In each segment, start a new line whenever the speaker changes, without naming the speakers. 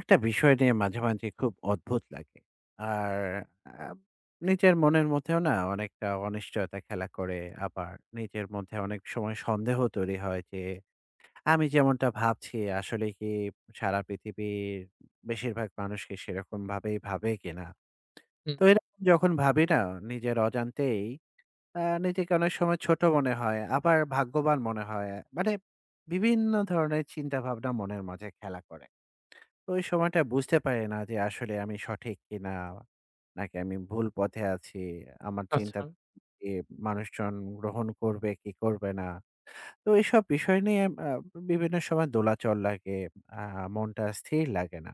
একটা বিষয় নিয়ে মাঝে, মাঝে খুব অদ্ভুত লাগে। আর আ নিজের মনের মধ্যেও না অনেকটা অনিশ্চয়তা খেলা করে। আবার নিজের মধ্যে অনেক সময় সন্দেহ তৈরি হয় যে, আমি যেমনটা ভাবছি আসলে কি সারা পৃথিবীর বেশিরভাগ মানুষ কি সেরকমভাবেই ভাবে কিনা?
হুম,
তো এরকম যখন ভাবি না নিজের অজান্তেই আ নিজেকে অনেক সময় ছোট মনে হয়, আবার ভাগ্যবান মনে হয়। মানে বিভিন্ন ধরনের চিন্তাভাবনা মনের মাঝে খেলা করে। তো ওই সময়টা বুঝতে পারি না যে আসলে আমি সঠিক কিনা, নাকি আমি ভুল পথে আছি। আমার চিন্তা
আচ্ছা,
এ মানুষজন গ্রহণ করবে কি করবে না। তো এইসব বিষয় নিয়ে বিভিন্ন সময় দোলাচল লাগে। আ মনটা স্থির লাগে না।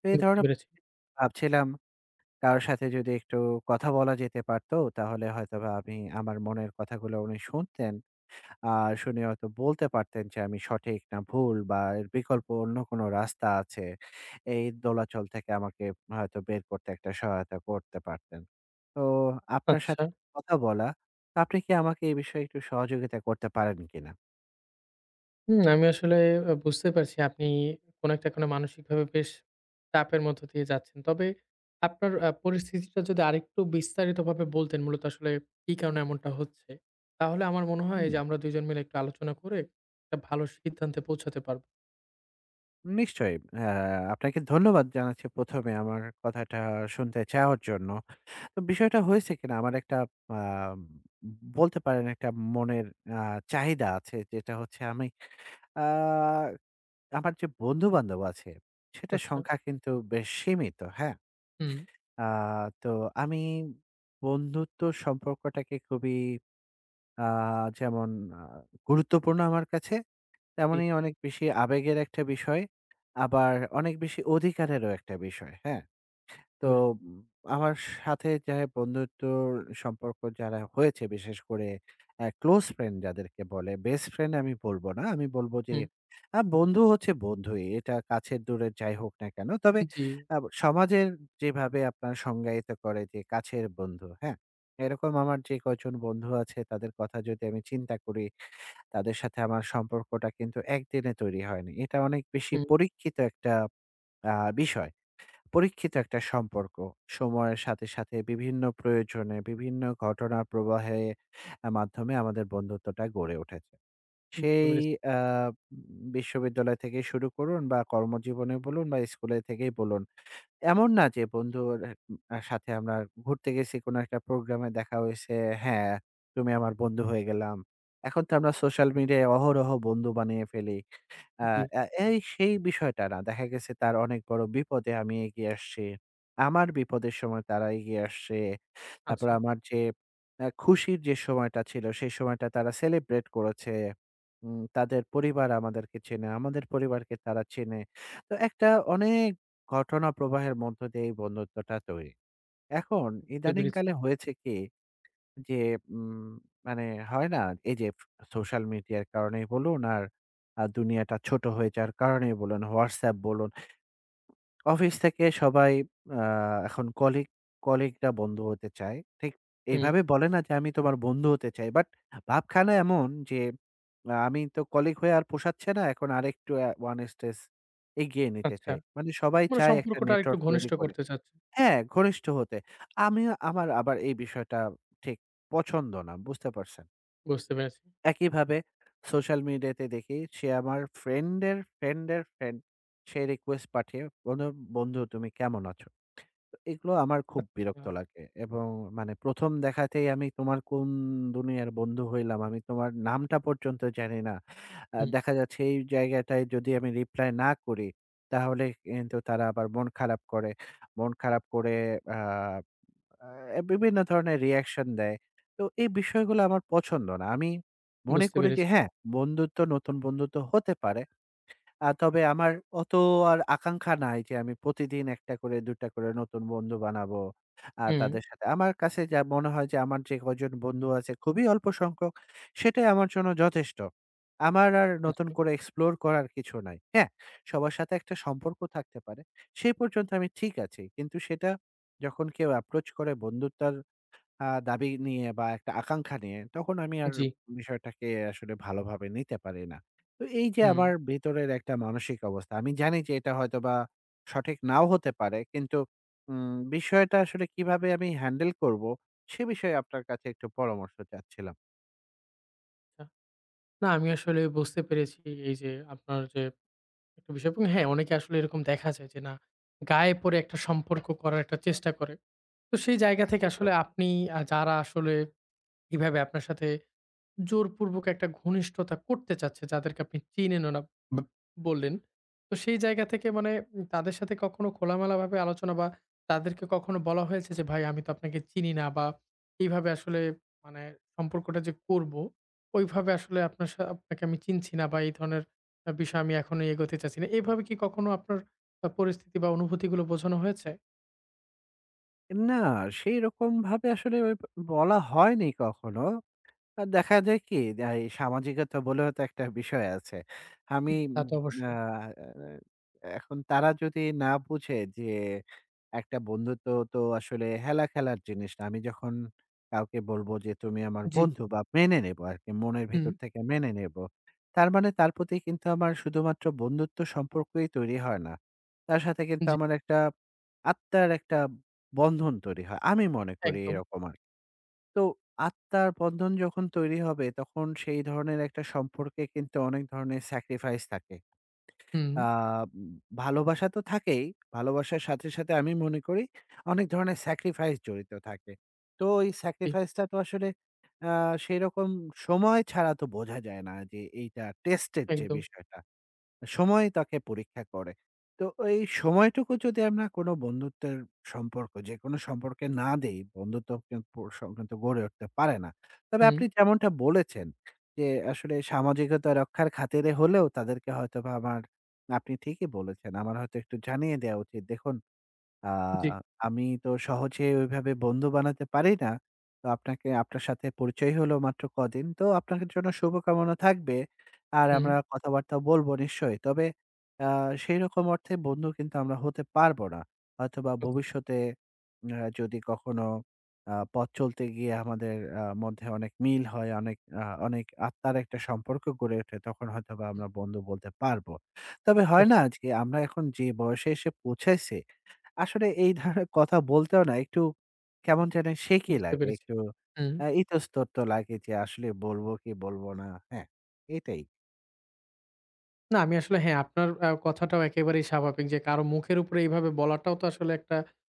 তো এই
বুঝতে
ধরনের
পেরেছি।
ভাবছিলাম কারো সাথে যদি একটু কথা বলা যেতে পারতো তাহলে হয়তোবা আমি আমার মনের কথাগুলো উনি শুনতেন। আ শুনে হয়তো বলতে পারতেন যে আমি সঠিক না ভুল বা এর বিকল্প অন্য কোনো রাস্তা আছে। এই দোলাচল থেকে আমাকে হয়তো বের করতে একটা সহায়তা করতে পারতেন। তো আপনার
আচ্ছা।
সাথে কথা বলা, আপনি কি আমাকে এই বিষয়ে একটু সহযোগিতা করতে পারেন কিনা?
হুম, আমি আসলে বুঝতে পারছি আপনি কোনো একটা কারণে মানসিকভাবে বেশ চাপের মধ্য দিয়ে যাচ্ছেন। তবে আপনার পরিস্থিতিটা যদি আরেকটু বিস্তারিতভাবে বলতেন মূলত আসলে কি কারণে এমনটা হচ্ছে? তাহলে আমার মনে হয়
হুম,
যে আমরা ২ জন মিলে একটু আলোচনা করে একটা ভালো সিদ্ধান্তে পৌঁছাতে পারব।
নিশ্চয়ই। আ আপনাকে ধন্যবাদ জানাচ্ছি ১ম এ আমার কথাটা শুনতে চাওয়ার জন্য। তো বিষয়টা হয়েছে কিনা আমার একটা আ বলতে পারেন একটা মনের আ চাহিদা আছে যেটা হচ্ছে আমি আ আমার যে বন্ধু-বান্ধব আছে, সেটার
আচ্ছা।
সংখ্যা কিন্তু বেশ সীমিত, হ্যাঁ?
হুম,
আ তো আমি বন্ধুত্ব সম্পর্কটাকে খুবই আ যেমন আ গুরুত্বপূর্ণ আমার কাছে,
জি,
তেমনি অনেক বেশি আবেগের একটা বিষয়, আবার অনেক বেশি অধিকারেরও একটা বিষয়, হ্যাঁ?
বুঝতে
তো
পেরেছি।
উম আমার সাথে যা বন্ধুত্বর সম্পর্ক যারা হয়েছে বিশেষ করে ক্লোজ ফ্রেন্ড যাদেরকে বলে, বেস্ট ফ্রেন্ড আমি বলবো না। আমি বলবো যে
হুম,
বন্ধু হচ্ছে বন্ধুই। এটা কাছের দূরের যাই হোক না কেন। তবে
জি,
আ সমাজের যেভাবে আপনার সংজ্ঞায়িত করে যে কাছের বন্ধু, হ্যাঁ? এরকম আমার যে কয়জন বন্ধু আছে তাদের কথা যদি আমি চিন্তা করি, তাদের সাথে আমার সম্পর্কটা কিন্তু একদিনে তৈরি হয়নি। এটা অনেক বেশি
হুম,
পরীক্ষিত একটা আ বিষয়। পরীক্ষিত
আ
একটা সম্পর্ক। সময়ের সাথে, সাথে বিভিন্ন প্রয়োজনে, বিভিন্ন ঘটনার প্রবাহে মাধ্যমে আমাদের বন্ধুত্বটা গড়ে উঠেছে।
বুঝতে
সেই
পেরেছি।
আ বিশ্ববিদ্যালয় থেকে শুরু করুন বা কর্মজীবনে বলুন বা স্কুলে থেকেই বলুন। এমন না যে বন্ধুর সাথে আমরা ঘুরতে গেছি কোনো একটা প্রোগ্রামে দেখা হইছে, হ্যাঁ, তুমি আমার বন্ধু হয়ে গেলাম। এখন তো আমরা সোশ্যাল মিডিয়ায় অহরহ বন্ধু বানিয়ে ফেলি। আ
জি,
আ এই সেই বিষয়টা না। দেখা গেছে তার অনেক বড় বিপদে আমি এগিয়ে আসছি। আমার বিপদের সময় তারা এগিয়ে আসছে।
আচ্ছা,
তারপর আমার যে খুশির যে সময়টা ছিল, সেই সময়টা তারা সেলিব্রেট করেছে। তাদের পরিবার আমাদেরকে চেনে, আমাদের পরিবারকে তারা চেনে। তো একটা অনেক ঘটনা প্রবাহের মধ্য দিয়ে এই বন্ধুত্বটা তৈরি। এখন
বুঝতে পেরেছি।
ইদানিংকালে হয়েছে কি যে উম মানে হয় না? এই যে সোশ্যাল মিডিয়ার কারণেই বলুন আর দুনিয়াটা ছোট হয়ে যাওয়ার কারণেই বলুন, WhatsApp বলুন, অফিস থেকে সবাই আ এখন কলিগরা বন্ধু হতে চায়। ঠিক
হুম,
এইভাবে বলে না যে আমি তোমার বন্ধু হতে চাই। বাট ভাবখানা এমন যে আমি তো কলিগ হয়ে আর পোষাচ্ছে না। এখন আরেকটু ১ স্টেজ এগিয়ে নিতে
আচ্ছা।
চাই। মানে সবাই
মানে
চায় একটা
সম্পর্কটা আরেকটু
নেটওয়ার্ক তৈরি
ঘনিষ্ঠ
করে।
করতে চাচ্ছেন।
হ্যাঁ, ঘনিষ্ঠ হতে। আমিও আমার আবার এই বিষয়টা ঠিক পছন্দ না। বুঝতে পারছেন?
বুঝতে পেরেছি।
একইভাবে সোশ্যাল মিডিয়াতে দেখি সে আমার ফ্রেন্ডের ফ্রেন্ডের ফ্রেন্ড সে রিকোয়েস্ট পাঠিয়ে বন্ধু, "বন্ধু তুমি কেমন আছো?" তো এগুলো আমার খুব
আচ্ছা,
বিরক্ত লাগে এবং মানে ১ম দেখাতেই আমি তোমার কোন দুনিয়ার বন্ধু হইলাম? আমি তোমার নামটা পর্যন্ত জানি না।
হুম,
দেখা যাচ্ছে এই জায়গাটায় যদি আমি রিপ্লাই না করি তাহলে কিন্তু তারা আবার মন খারাপ করে। মন খারাপ করে আ আ বিভিন্ন ধরনের রিঅ্যাকশন দেয়। তো এই বিষয়গুলো আমার পছন্দ না। আমি মনে
বুঝতে
করি যে
পেরেছি।
হ্যাঁ, বন্ধুত্ব নতুন বন্ধুত্ব হতে পারে। তবে আমার অত আর আকাঙ্ক্ষা নাই যে আমি প্রতিদিন ১ টা করে ২ টা করে নতুন বন্ধু বানাবো।
হুম,
তাদের সাথে আমার কাছে যা মনে হয় যে আমার যে কয়জন বন্ধু আছে খুবই অল্প সংখ্যক, সেটাই আমার জন্য যথেষ্ট। আমার আর নতুন
আচ্ছা,
করে এক্সপ্লোর করার কিছু নাই। হ্যাঁ, সবার সাথে একটা সম্পর্ক থাকতে পারে। সেই পর্যন্ত আমি ঠিক আছি। কিন্তু সেটা যখন কেউ অ্যাপ্রোচ করে বন্ধুত্বর দাবি নিয়ে বা একটা আকাঙ্ক্ষা নিয়ে, তখন আমি আর
জি,
বিষয়টাকে আসলে ভালোভাবে নিতে পারি না। তো এই যে
হুম।
আমার ভেতরের একটা মানসিক অবস্থা, আমি জানি যে এটা হয়তোবা সঠিক নাও হতে পারে। কিন্তু বিষয়টা আসলে কিভাবে আমি হ্যান্ডেল করবো, সে বিষয়ে আপনার কাছে একটু পরামর্শ চাচ্ছিলাম।
আ না আমি আসলে বুঝতে পেরেছি এই যে আপনার যে একটা বিষয় এবং হ্যাঁ, অনেকে আসলে এরকম দেখা যায় যে না, গায়ে পড়ে একটা সম্পর্ক করার একটা চেষ্টা করে। তো সেই জায়গা থেকে
একদম।
আসলে আপনি যারা আসলে এভাবে আপনার সাথে জোরপূর্বক একটা ঘনিষ্ঠতা করতে চাচ্ছে যাদেরকে আপনি চিনেনও না বা বললেন। তো সেই জায়গা থেকে মানে তাদের সাথে কখনো খোলামেলাভাবে আলোচনা বা তাদেরকে কখনো বলা হয়েছে যে, "ভাই আমি তো আপনাকে চিনি না বা এইভাবে আসলে মানে সম্পর্কটা যে করবো, ওইভাবে আসলে আপনার সা আপনাকে আমি চিনছি না বা এই ধরনের বিষয় আমি এখনই এগোতে চাচ্ছি না।" এভাবে কি কখনো আপনার পরিস্থিতি বা অনুভূতিগুলো বোঝানো হয়েছে?
না, সেইরকমভাবে আসলে ওই বলা হয়নি কখনো। দেখা যায় কি? এই সামাজিকতা বলেও তো একটা বিষয় আছে। আমি
হুম, তা তো
উম আ
অবশ্যই।
এখন তারা যদি না বুঝে যে একটা বন্ধুত্ব তো আসলে হেলা খেলার জিনিস না। আমি যখন কাউকে বলবো যে, "তুমি আমার
জি।
বন্ধু" বা মেনে নেব আরকি মনের
হুম,
ভেতর থেকে মেনে নেব। তার মানে তার প্রতি কিন্তু আমার শুধুমাত্র বন্ধুত্ব সম্পর্কই তৈরি হয় না। তার সাথে কিন্তু
জি,
আমার একটা আত্মার একটা বন্ধন তৈরি হয়। আমি মনে করি
একদম।
এরকম আরকি। তো আত্মার বন্ধন যখন তৈরি হবে তখন সেই ধরনের একটা সম্পর্কে কিন্তু অনেক ধরনের স্যাক্রিফাইস থাকে।
হুম,
আ উম ভালোবাসা তো থাকেই। ভালোবাসার সাথে, সাথে আমি মনে করি অনেক ধরনের স্যাক্রিফাইস জড়িত থাকে। তো এই
জি,
স্যাক্রিফাইসটা তো আসলে আ সেরকম সময় ছাড়া তো বোঝা যায় না যে এইটা টেস্টের যে
একদম।
বিষয়টা। সময় তাকে পরীক্ষা করে। তো এই সময়টুকু যদি আমরা কোনো বন্ধুত্বের সম্পর্ক, যেকোনো সম্পর্কে না দেই, বন্ধুত্ব কিন্তু সব কিন্তু গড়ে উঠতে পারে না। তবে
হুম,
আপনি যেমনটা বলেছেন যে, আসলে সামাজিকতা রক্ষার খাতিরে হলেও তাদেরকে হয়তোবা আমার আপনি ঠিকই বলেছেন। আমার হয়তো একটু জানিয়ে দেওয়া উচিত। দেখুন আ
জি,
আমি তো সহজে ওইভাবে বন্ধু বানাতে পারি না। তো আপনাকে আপনার সাথে পরিচয় হলো মাত্র কদিন। তো আপনার জন্য শুভকামনা থাকবে। আর
হুম।
আমরা কথাবার্তা বলব নিশ্চয়ই। তবে আ সেইরকম অর্থে বন্ধু কিন্তু আমরা হতে পারব না। হয়তোবা
আচ্ছা,
ভবিষ্যতে যদি কখনো পথ চলতে গিয়ে আমাদের মধ্যে অনেক মিল হয়, অনেক আত্মার একটা সম্পর্ক গড়ে ওঠে, তখন হয়তোবা
হুম,
আমরা বন্ধু বলতে পারব। তবে হয় না
আচ্ছা,
যে আমরা এখন যে বয়সে এসে পৌঁছেছি আসলে এই ধরনের কথা বলতেও না একটু কেমন যেন শেকি
বুঝতে
লাগে।
পেরেছি।
একটু
হুম।
ইতস্তত লাগে যে আসলে বলব কি বলব না। হ্যাঁ, এটাই।
না আমি আসলে হ্যাঁ, আপনার কথাটাও একেবারেই স্বাভাবিক যে কারো মুখের উপরে এইভাবে বলাটাও তো আসলে একটা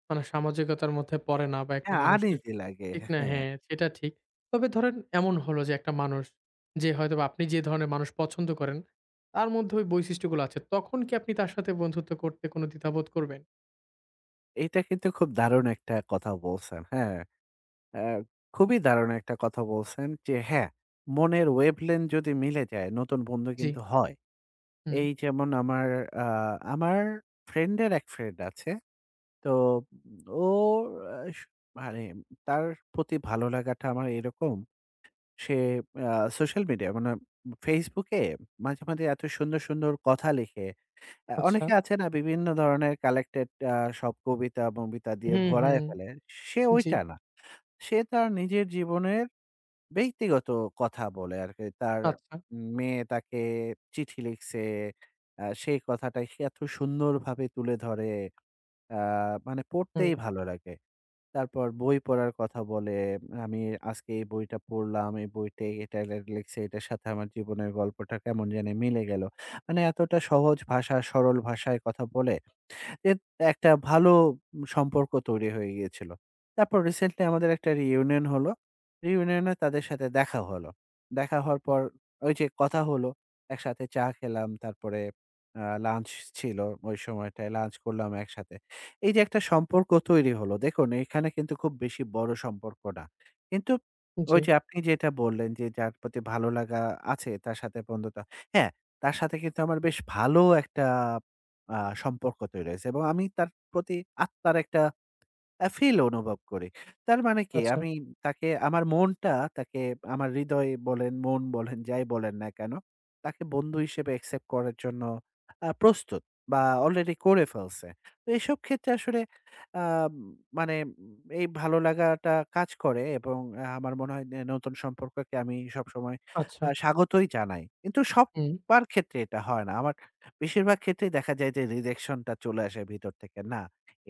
মানে সামাজিকতার মধ্যে পড়ে না বা একটা
হ্যাঁ,
মানুষের
আনইজি লাগে।
ঠিক না?
হ্যাঁ,
হ্যাঁ, সেটা ঠিক। তবে ধরেন এমন হলো যে একটা মানুষ যে হয়তোবা আপনি যে ধরনের মানুষ পছন্দ করেন, তার মধ্যে ওই বৈশিষ্ট্যগুলো আছে। তখন কি আপনি তার সাথে বন্ধুত্ব করতে কোনো দ্বিধাবোধ করবেন?
এটা কিন্তু খুব দারুণ একটা কথা বলছেন। হ্যাঁ, আ খুবই দারুণ একটা কথা বলছেন যে হ্যাঁ, মনের ওয়েভলেংথ যদি মিলে যায় নতুন বন্ধু
জি,
কিন্তু হয়।
হুম,
এই যেমন আ আমার ফ্রেন্ডের এক ফ্রেন্ড আছে। তো ও আস মানে তার প্রতি ভালো লাগাটা আমার এরকম সে আ সোশ্যাল মিডিয়া মানে Facebook এ মাঝে, মাঝে এত সুন্দর, সুন্দর কথা লিখে
আচ্ছা,
অনেকে আছে না বিভিন্ন ধরনের কালেক্টেড সব কবিতা-মবিতা দিয়ে
হুম, হুম,
ভরায় ফেলে। সে
জি,
ওইটা না। সে তার নিজের জীবনের ব্যক্তিগত কথা বলে আরকি। তার
আচ্ছা,
মেয়ে তাকে চিঠি লিখছে। সেই কথাটা সে এত সুন্দরভাবে তুলে ধরে। আ মানে
হুম,
পড়তেই ভালো লাগে। তারপর বই পড়ার কথা বলে, আমি আজকে এই বইটা পড়লাম, এই বইতে এটা লিখছে, এটার সাথে আমার জীবনের গল্পটা কেমন জানি মিলে গেল। মানে এতটা সহজ ভাষা, সরল ভাষায় কথা বলে এর একটা ভালো সম্পর্ক তৈরি হয়ে গিয়েছিল। তারপর রিসেন্টলি আমাদের একটা রিউনিয়ন হলো। রিউনিয়ন এ তাদের সাথে দেখা হলো। দেখা হওয়ার
হুম,
পর ওই যে কথা হলো, একসাথে চা খেলাম, তারপরে লাঞ্চ ছিল ওই সময়টায় লাঞ্চ করলাম একসাথে। এই যে একটা সম্পর্ক তৈরি হলো, দেখুন এখানে কিন্তু খুব বেশি বড় সম্পর্ক না। কিন্তু
জি,
ওই যে আপনি যেটা বললেন যে যার প্রতি ভালো লাগা আছে তার সাথে বন্ধুতা। হ্যাঁ, তার সাথে কিন্তু আমার বেশ ভালো একটা আ সম্পর্ক তৈরি হয়েছে এবং আমি তার প্রতি আত্মার একটা ফিল অনুভব করি। তার মানে কি
আচ্ছা,
আমি তাকে আমার মনটা তাকে আমার হৃদয় বলেন, মন বলেন, যাই বলেন না কেন, তাকে বন্ধু হিসেবে অ্যাকসেপ্ট করার জন্য প্রস্তুত বা অলরেডি করে ফেলছে। তো এসব ক্ষেত্রে আসলে আ মানে উম, এই ভালো লাগাটা কাজ করে এবং আমার মনে হয় নতুন সম্পর্ককে আমি সবসময়
আচ্ছা,
স্বাগতই জানাই। কিন্তু
হুম,
সবার ক্ষেত্রে এটা হয় না। আমার বেশিরভাগ ক্ষেত্রেই দেখা যায় যে রিজেকশনটা চলে আসে ভিতর থেকে। না,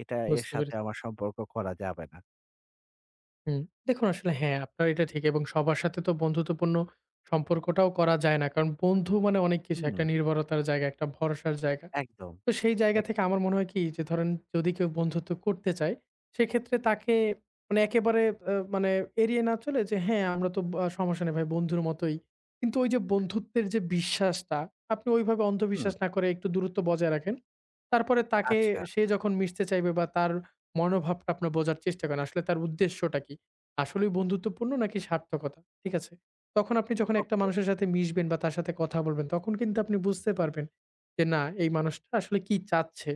এটা এর
বুঝতে
সাথে
পেরেছি।
আমার সম্পর্ক করা যাবে না।
হুম। দেখুন আসলে হ্যাঁ, আপনার এটা ঠিক এবং সবার সাথে তো বন্ধুত্বপূর্ণ সম্পর্কটাও করা যায় না। কারণ বন্ধু মানে অনেক কিছু।
হুম,
একটা নির্ভরতার জায়গা, একটা ভরসার জায়গা।
একদম,
তো সেই জায়গা থেকে
একদম।
আমার মনে হয় কি যে ধরেন যদি কেউ বন্ধুত্ব করতে চায় সেক্ষেত্রে তাকে মানে একেবারে মানে এড়িয়ে না চলে যে হ্যাঁ আমরা তো সমস্যা নেই ভাই বন্ধুর মতোই কিন্তু ওই যে বন্ধুত্বের যে বিশ্বাসটা আপনি ওইভাবে
হুম,
অন্ধবিশ্বাস না করে একটু দূরত্ব বজায় রাখেন তারপরে তাকে
আচ্ছা,
সে যখন মিশতে চাইবে বা তার মনোভাবটা আপনার বোঝার চেষ্টা করেন আসলে তার উদ্দেশ্যটা কি আসলেই বন্ধুত্বপূর্ণ নাকি সার্থকতা ঠিক আছে তখন আপনি যখন একটা
ওকে।
মানুষের সাথে মিশবেন বা তার সাথে কথা বলবেন তখন কিন্তু আপনি বুঝতে পারবেন যে না এই মানুষটা আসলে কি চাচ্ছে?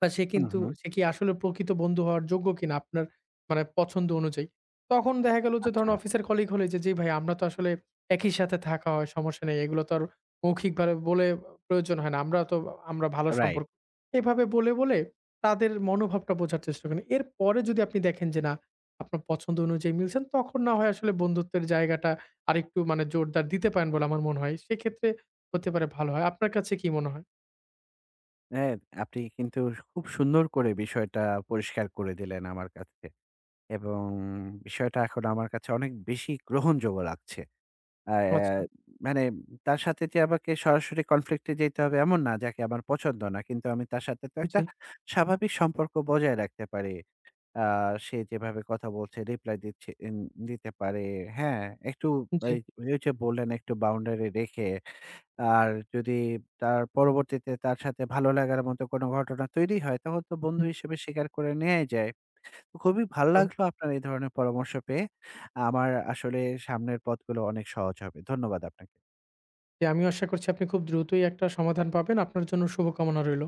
বা সে
হুম,
কিন্তু
হুম,
সে কি আসলে প্রকৃত বন্ধু হওয়ার যোগ্য কিনা আপনার মানে পছন্দ অনুযায়ী। তখন দেখা গেল যে ধরেন
আচ্ছা,
অফিসের কলিগ হলে যে, "জি ভাই আমরা তো আসলে একই সাথে থাকা হয় সমস্যা নেই। এগুলো তো আর মৌখিকভাবে বলে প্রয়োজন হয় না। আমরা ভালো
রাইট।
সম্পর্ক।" এভাবে বলে তাদের মনোভাবটা বোঝার চেষ্টা করেন। এরপরে যদি আপনি দেখেন যে না আপনার পছন্দ অনুযায়ী মিলছেন তখন না হয় আসলে বন্ধুত্বের জায়গাটা আরেকটু মানে জোরদার দিতে পারেন বলে আমার মনে হয়। সেক্ষেত্রে হতে পারে ভালো হয়। আপনার কাছে কি মনে হয়?
হ্যাঁ, আপনি কিন্তু খুব সুন্দর করে বিষয়টা পরিষ্কার করে দিলেন আমার কাছে এবং বিষয়টা এখন আমার কাছে অনেক বেশি গ্রহণযোগ্য লাগছে। আ অ্যা
আচ্ছা,
মানে তার সাথে যে আমাকে সরাসরি কনফ্লিক্ট এ যেতে হবে এমন না, যাকে আমার পছন্দ না। কিন্তু আমি তার সাথে তো
জি,
একটা স্বাভাবিক সম্পর্ক বজায় রাখতে পারি। আ সে যেভাবে কথা বলছে, রিপ্লাই দিচ্ছে দিতে পারে। হ্যাঁ, একটু
জি,
এই ওই যে বললেন একটু বাউন্ডারি রেখে আর যদি তার পরবর্তীতে তার সাথে ভালো লাগার মতো কোনো ঘটনা তৈরি হয়, তখন তো বন্ধু
হুম,
হিসেবে স্বীকার করে নেয়াই যায়। তো খুবই ভাল
একদম।
লাগলো আপনার এই ধরনের পরামর্শ পেয়ে। আমার আসলে সামনের পথগুলো অনেক সহজ হবে। ধন্যবাদ আপনাকে।
জি, আমিও আশা করছি আপনি খুব দ্রুতই একটা সমাধান পাবেন। আপনার জন্য শুভকামনা রইল।